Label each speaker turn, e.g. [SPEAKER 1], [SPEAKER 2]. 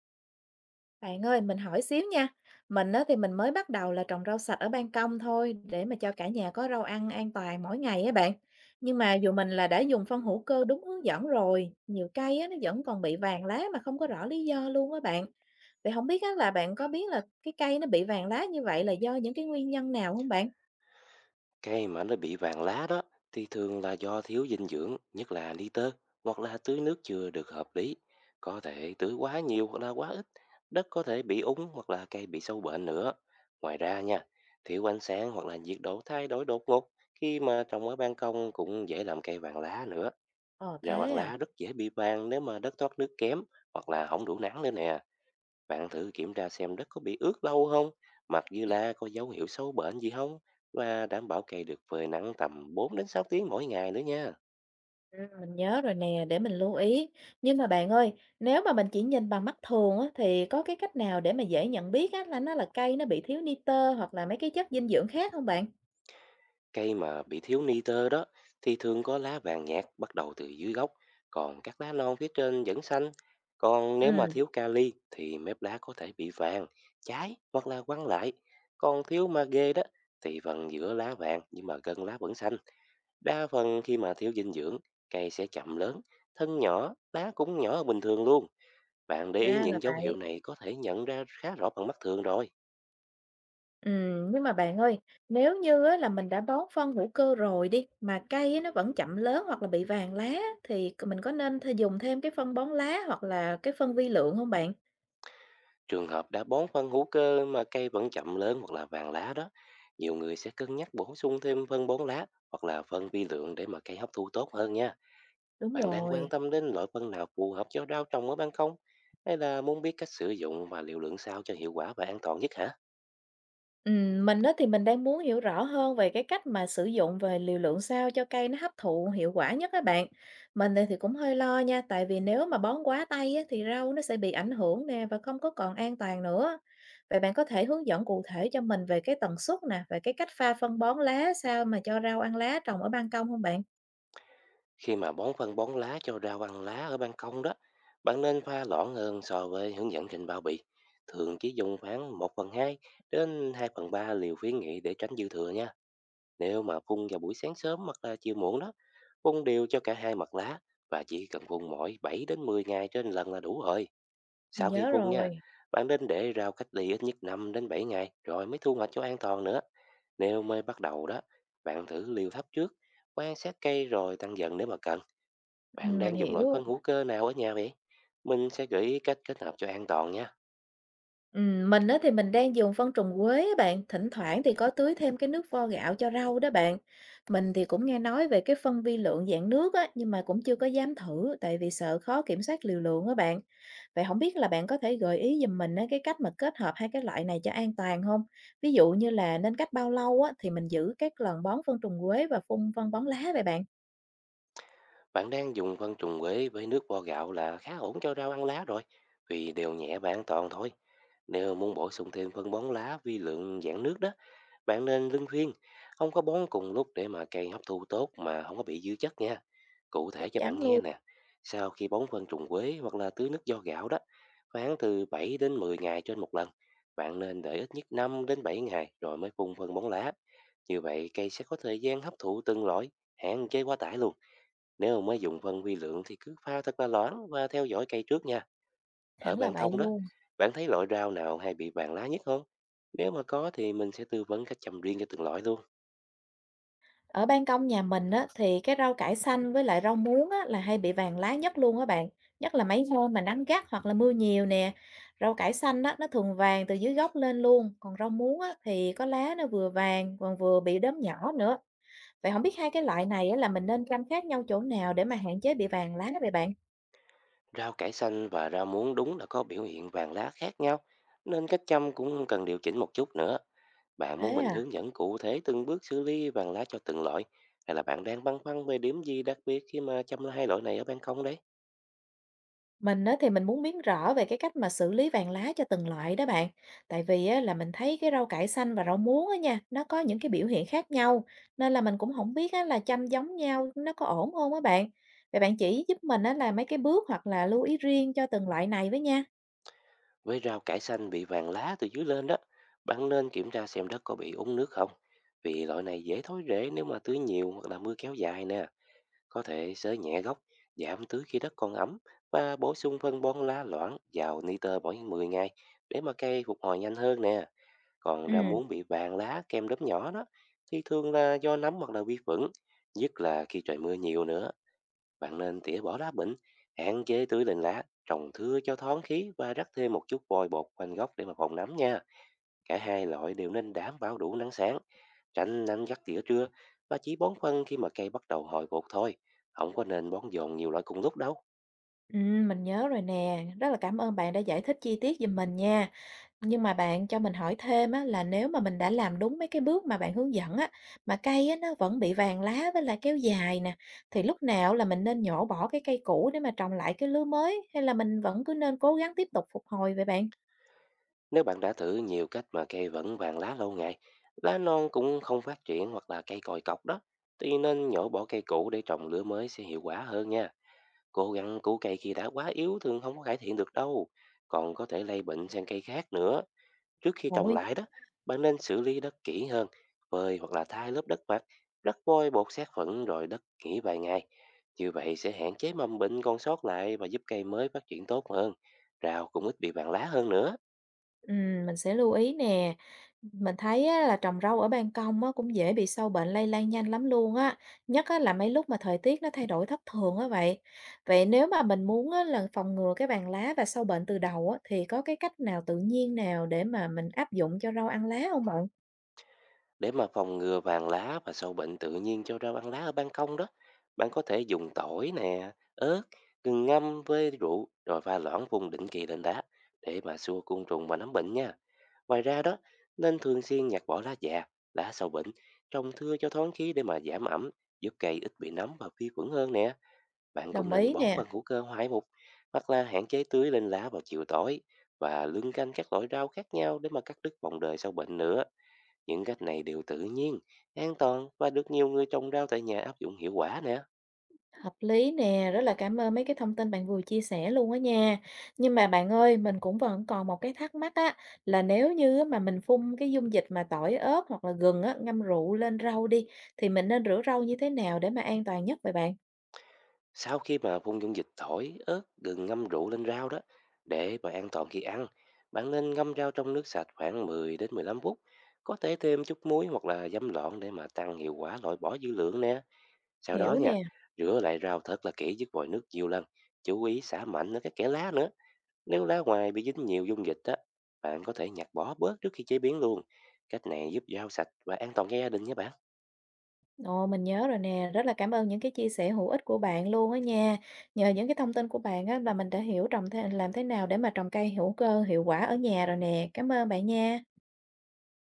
[SPEAKER 1] Bạn ơi, mình hỏi xíu nha. Mình á, thì mình mới bắt đầu là trồng rau sạch ở ban công thôi để mà cho cả nhà có rau ăn an toàn mỗi ngày á bạn. Nhưng mà dù mình là đã dùng phân hữu cơ đúng hướng dẫn rồi, nhiều cây á, nó vẫn còn bị vàng lá mà không có rõ lý do luôn á bạn. Vậy không biết á, là bạn có biết là cái cây nó bị vàng lá như vậy là do những cái nguyên nhân nào không bạn?
[SPEAKER 2] Cây mà nó bị vàng lá đó thì thường là do thiếu dinh dưỡng, nhất là nitơ hoặc là tưới nước chưa được hợp lý. Có thể tưới quá nhiều hoặc là quá ít, đất có thể bị úng hoặc là cây bị sâu bệnh nữa. Ngoài ra nha, thiếu ánh sáng hoặc là nhiệt độ thay đổi đột ngột khi mà trồng ở ban công cũng dễ làm cây vàng lá nữa.
[SPEAKER 1] Ờ
[SPEAKER 2] Rau
[SPEAKER 1] thế
[SPEAKER 2] vàng
[SPEAKER 1] à.
[SPEAKER 2] lá rất dễ bị vàng nếu mà đất thoát nước kém hoặc là không đủ nắng nữa nè. Bạn thử kiểm tra xem đất có bị ướt lâu không, mặt dư la có dấu hiệu sâu bệnh gì không và đảm bảo cây được phơi nắng tầm 4 đến 6 tiếng mỗi ngày nữa nha.
[SPEAKER 1] Mình nhớ rồi nè, để mình lưu ý. Nhưng mà bạn ơi, nếu mà mình chỉ nhìn bằng mắt thường á, thì có cái cách nào để mà dễ nhận biết á, là nó là cây nó bị thiếu nitơ hoặc là mấy cái chất dinh dưỡng khác không bạn?
[SPEAKER 2] Cây mà bị thiếu nitơ đó thì thường có lá vàng nhạt bắt đầu từ dưới gốc, còn các lá non phía trên vẫn xanh. Còn nếu
[SPEAKER 1] Ừ,
[SPEAKER 2] mà thiếu kali thì mép lá có thể bị vàng, cháy hoặc là quăng lại. Còn thiếu magie đó thì phần giữa lá vàng nhưng mà gân lá vẫn xanh. Đa phần khi mà thiếu dinh dưỡng, cây sẽ chậm lớn, thân nhỏ, lá cũng nhỏ hơn bình thường luôn. Bạn để ý
[SPEAKER 1] ra là
[SPEAKER 2] những dấu hiệu
[SPEAKER 1] vậy.
[SPEAKER 2] này có thể nhận ra khá rõ bằng mắt thường rồi.
[SPEAKER 1] Ừ, nhưng mà bạn ơi, nếu như á, là mình đã bón phân hữu cơ rồi đi, mà cây á, nó vẫn chậm lớn hoặc là bị vàng lá, thì mình có nên dùng thêm cái phân bón lá hoặc là cái phân vi lượng không bạn?
[SPEAKER 2] Trường hợp đã bón phân hữu cơ mà cây vẫn chậm lớn hoặc là vàng lá đó, nhiều người sẽ cân nhắc bổ sung thêm phân bón lá hoặc là phân vi lượng để mà cây hấp thu tốt hơn nha.
[SPEAKER 1] Đúng
[SPEAKER 2] Bạn đang quan
[SPEAKER 1] rồi.
[SPEAKER 2] tâm đến loại phân nào phù hợp cho rau trồng ở ban công? Hay là muốn biết cách sử dụng và liều lượng sao cho hiệu quả và an toàn nhất hả?
[SPEAKER 1] Mình đó thì mình đang muốn hiểu rõ hơn về cái cách mà sử dụng về liều lượng sao cho cây nó hấp thụ hiệu quả nhất các bạn. Mình thì cũng hơi lo nha, tại vì nếu mà bón quá tay á, thì rau nó sẽ bị ảnh hưởng nè và không có còn an toàn nữa. Vậy bạn có thể hướng dẫn cụ thể cho mình về cái tần suất nè, về cái cách pha phân bón lá sao mà cho rau ăn lá trồng ở ban công không bạn?
[SPEAKER 2] Khi mà bón phân bón lá cho rau ăn lá ở ban công đó, bạn nên pha loãng hơn so với hướng dẫn trên bao bì. Thường chỉ dùng khoảng một phần 2 đến 2 phần 3 liều khuyến nghị để tránh dư thừa nha. Nếu mà phun vào buổi sáng sớm hoặc là chiều muộn đó, phun đều cho cả hai mặt lá và chỉ cần phun mỗi 7 đến 10 ngày trên lần là đủ rồi.
[SPEAKER 1] Mình
[SPEAKER 2] Sau khi
[SPEAKER 1] nhớ
[SPEAKER 2] phun nha,
[SPEAKER 1] rồi.
[SPEAKER 2] bạn nên để rau cách ly ít nhất 5 đến 7 ngày rồi mới thu hoạch cho an toàn nữa. Nếu mới bắt đầu đó, bạn thử liều thấp trước, quan sát cây rồi tăng dần nếu mà cần. Bạn
[SPEAKER 1] Mình
[SPEAKER 2] đang dùng loại
[SPEAKER 1] hiểu.
[SPEAKER 2] phân hữu cơ nào ở nhà vậy? Mình sẽ gợi ý cách kết hợp cho an toàn nha.
[SPEAKER 1] Mình á thì mình đang dùng phân trùng quế á bạn, thỉnh thoảng thì có tưới thêm cái nước vo gạo cho rau đó bạn. Mình thì cũng nghe nói về cái phân vi lượng dạng nước á, nhưng mà cũng chưa có dám thử tại vì sợ khó kiểm soát liều lượng á bạn. Vậy không biết là bạn có thể gợi ý giùm mình á, cái cách mà kết hợp hai cái loại này cho an toàn không? Ví dụ như là nên cách bao lâu á, thì mình giữ các lần bón phân trùng quế và phun phân bón lá vậy bạn?
[SPEAKER 2] Bạn đang dùng phân trùng quế với nước vo gạo là khá ổn cho rau ăn lá rồi, vì đều nhẹ và an toàn thôi. Nếu muốn bổ sung thêm phân bón lá vi lượng dạng nước đó, bạn nên luân phiên, không có bón cùng lúc để mà cây hấp thu tốt mà không có bị dư chất nha. Cụ
[SPEAKER 1] Chắc
[SPEAKER 2] thể cho
[SPEAKER 1] chắn
[SPEAKER 2] bạn
[SPEAKER 1] luôn,
[SPEAKER 2] nghe nè, sau khi bón phân trùng quế hoặc là tưới nước do gạo đó, khoảng từ 7 đến 10 ngày trên một lần. Bạn nên để ít nhất 5 đến 7 ngày rồi mới phun phân bón lá. Như vậy cây sẽ có thời gian hấp thụ từng loại, hạn chế quá tải luôn. Nếu mới dùng phân vi lượng thì cứ pha thật là loãng và theo dõi cây trước nha. Ở
[SPEAKER 1] hẳn là
[SPEAKER 2] ban
[SPEAKER 1] vậy
[SPEAKER 2] công đó,
[SPEAKER 1] luôn.
[SPEAKER 2] bạn thấy loại rau nào hay bị vàng lá nhất không? Nếu mà có thì mình sẽ tư vấn cách chăm riêng cho từng loại luôn.
[SPEAKER 1] Ở ban công nhà mình á, thì cái rau cải xanh với lại rau muống á, là hay bị vàng lá nhất luôn á bạn. Nhất là mấy hôm mà nắng gắt hoặc là mưa nhiều nè. Rau cải xanh á, nó thường vàng từ dưới gốc lên luôn. Còn rau muống á, thì có lá nó vừa vàng còn vừa bị đốm nhỏ nữa. Vậy không biết hai cái loại này á, là mình nên chăm khác nhau chỗ nào để mà hạn chế bị vàng lá vậy bạn?
[SPEAKER 2] Rau cải xanh và rau muống đúng là có biểu hiện vàng lá khác nhau, nên cách chăm cũng cần điều chỉnh một chút nữa. Bạn
[SPEAKER 1] Thế
[SPEAKER 2] muốn mình
[SPEAKER 1] à?
[SPEAKER 2] hướng dẫn cụ thể từng bước xử lý vàng lá cho từng loại, hay là bạn đang băn khoăn về điểm gì đặc biệt khi mà chăm hai loại này ở ban công đấy?
[SPEAKER 1] Mình á, thì mình muốn biết rõ về cái cách mà xử lý vàng lá cho từng loại đó bạn. Tại vì á, là mình thấy cái rau cải xanh và rau muống á nha, nó có những cái biểu hiện khác nhau. Nên là mình cũng không biết á, là chăm giống nhau nó có ổn không á bạn. Vậy bạn chỉ giúp mình á, là mấy cái bước hoặc là lưu ý riêng cho từng loại này với nha.
[SPEAKER 2] Với rau cải xanh bị vàng lá từ dưới lên đó, bạn nên kiểm tra xem đất có bị úng nước không. Vì loại này dễ thối rễ nếu mà tưới nhiều hoặc là mưa kéo dài nè. Có thể xới nhẹ gốc, giảm tưới khi đất còn ẩm và bổ sung phân bón lá loãng vào nitơ mỗi 10 ngày để mà cây phục hồi nhanh hơn nè. Còn rau
[SPEAKER 1] Ừ,
[SPEAKER 2] muống bị vàng lá kem đốm nhỏ đó thì thường là do nấm hoặc là vi khuẩn, nhất là khi trời mưa nhiều nữa. Bạn nên tỉa bỏ lá bệnh, hạn chế tưới lên lá, trồng thưa cho thoáng khí và rắc thêm một chút vôi bột quanh gốc để mà phòng nấm nha. Cả hai loại đều nên đảm bảo đủ nắng sáng, tránh nắng gắt tỉa trưa và chỉ bón phân khi mà cây bắt đầu hồi phục thôi. Không có nên bón dồn nhiều loại cùng lúc đâu.
[SPEAKER 1] ừ, mình nhớ rồi nè. Rất là cảm ơn bạn đã giải thích chi tiết giùm mình nha. Nhưng mà bạn cho mình hỏi thêm á, là nếu mà mình đã làm đúng mấy cái bước mà bạn hướng dẫn á, mà cây á, nó vẫn bị vàng lá với lại kéo dài nè, thì lúc nào là mình nên nhổ bỏ cái cây cũ để mà trồng lại cái lứa mới hay là mình vẫn cứ nên cố gắng tiếp tục phục hồi vậy bạn?
[SPEAKER 2] Nếu bạn đã thử nhiều cách mà cây vẫn vàng lá lâu ngày, lá non cũng không phát triển hoặc là cây còi cọc đó, thì nên nhổ bỏ cây cũ để trồng lứa mới sẽ hiệu quả hơn nha. Cố gắng cứu cây khi đã quá yếu thường không có cải thiện được đâu. Còn có thể lây bệnh sang cây khác nữa. Trước khi
[SPEAKER 1] Còn
[SPEAKER 2] trồng
[SPEAKER 1] nguyên.
[SPEAKER 2] lại đó, bạn nên xử lý đất kỹ hơn, phơi hoặc là thay lớp đất mặt, rắc vôi bột sát khuẩn rồi đất nghỉ vài ngày. Như vậy sẽ hạn chế mầm bệnh còn sót lại và giúp cây mới phát triển tốt hơn. Rau cũng ít bị bàn lá hơn nữa.
[SPEAKER 1] Mình sẽ lưu ý nè. Mình thấy á, là trồng rau ở ban công á, cũng dễ bị sâu bệnh lây lan nhanh lắm luôn á. Nhất á, là mấy lúc mà thời tiết nó thay đổi thất thường á vậy. Vậy nếu mà mình muốn á, là phòng ngừa cái bàn lá và sâu bệnh từ đầu á, thì có cái cách nào tự nhiên nào để mà mình áp dụng cho rau ăn lá không bạn?
[SPEAKER 2] Để mà phòng ngừa vàng lá và sâu bệnh tự nhiên cho rau ăn lá ở ban công đó, bạn có thể dùng tỏi nè, ớt, gừng ngâm với rượu rồi pha loãng vùng định kỳ lên đá để mà xua côn trùng và nấm bệnh nha. Ngoài ra đó, nên thường xuyên nhặt bỏ lá già, lá sâu bệnh, trồng thưa cho thoáng khí để mà giảm ẩm, giúp cây ít bị nấm và vi khuẩn hơn nè. Bạn cũng
[SPEAKER 1] Đồng
[SPEAKER 2] nên
[SPEAKER 1] ý
[SPEAKER 2] bón
[SPEAKER 1] nè.
[SPEAKER 2] phân hữu cơ hoại mục hoặc là hạn chế tưới lên lá vào chiều tối và luân canh các loại rau khác nhau để mà cắt đứt vòng đời sâu bệnh nữa. Những cách này đều tự nhiên, an toàn và được nhiều người trồng rau tại nhà áp dụng hiệu quả nè.
[SPEAKER 1] Hợp lý nè, rất là cảm ơn mấy cái thông tin bạn vừa chia sẻ luôn á nha. Nhưng mà bạn ơi, mình cũng vẫn còn một cái thắc mắc á, là nếu như mà mình phun cái dung dịch mà tỏi ớt hoặc là gừng á, ngâm rượu lên rau đi, thì mình nên rửa rau như thế nào để mà an toàn nhất vậy bạn?
[SPEAKER 2] Sau khi mà phun dung dịch tỏi, ớt, gừng ngâm rượu lên rau đó, để mà an toàn khi ăn, bạn nên ngâm rau trong nước sạch khoảng 10 đến 15 phút. Có thể thêm chút muối hoặc là giấm lọn để mà tăng hiệu quả loại bỏ dư lượng nè. Sau đó
[SPEAKER 1] Hiểu
[SPEAKER 2] nha,
[SPEAKER 1] nè,
[SPEAKER 2] rửa lại rau thật là kỹ với vòi nước nhiều lần, chú ý xả mạnh ở các kẽ lá nữa. Nếu lá ngoài bị dính nhiều dung dịch á, bạn có thể nhặt bỏ bớt trước khi chế biến luôn. Cách này giúp rau sạch và an toàn cho gia đình nhé bạn.
[SPEAKER 1] ồ mình nhớ rồi nè, rất là cảm ơn những cái chia sẻ hữu ích của bạn luôn á nha. Nhờ những cái thông tin của bạn á, là mình đã hiểu trồng thế, làm thế nào để mà trồng cây hữu cơ hiệu quả ở nhà rồi nè. Cảm ơn bạn nha.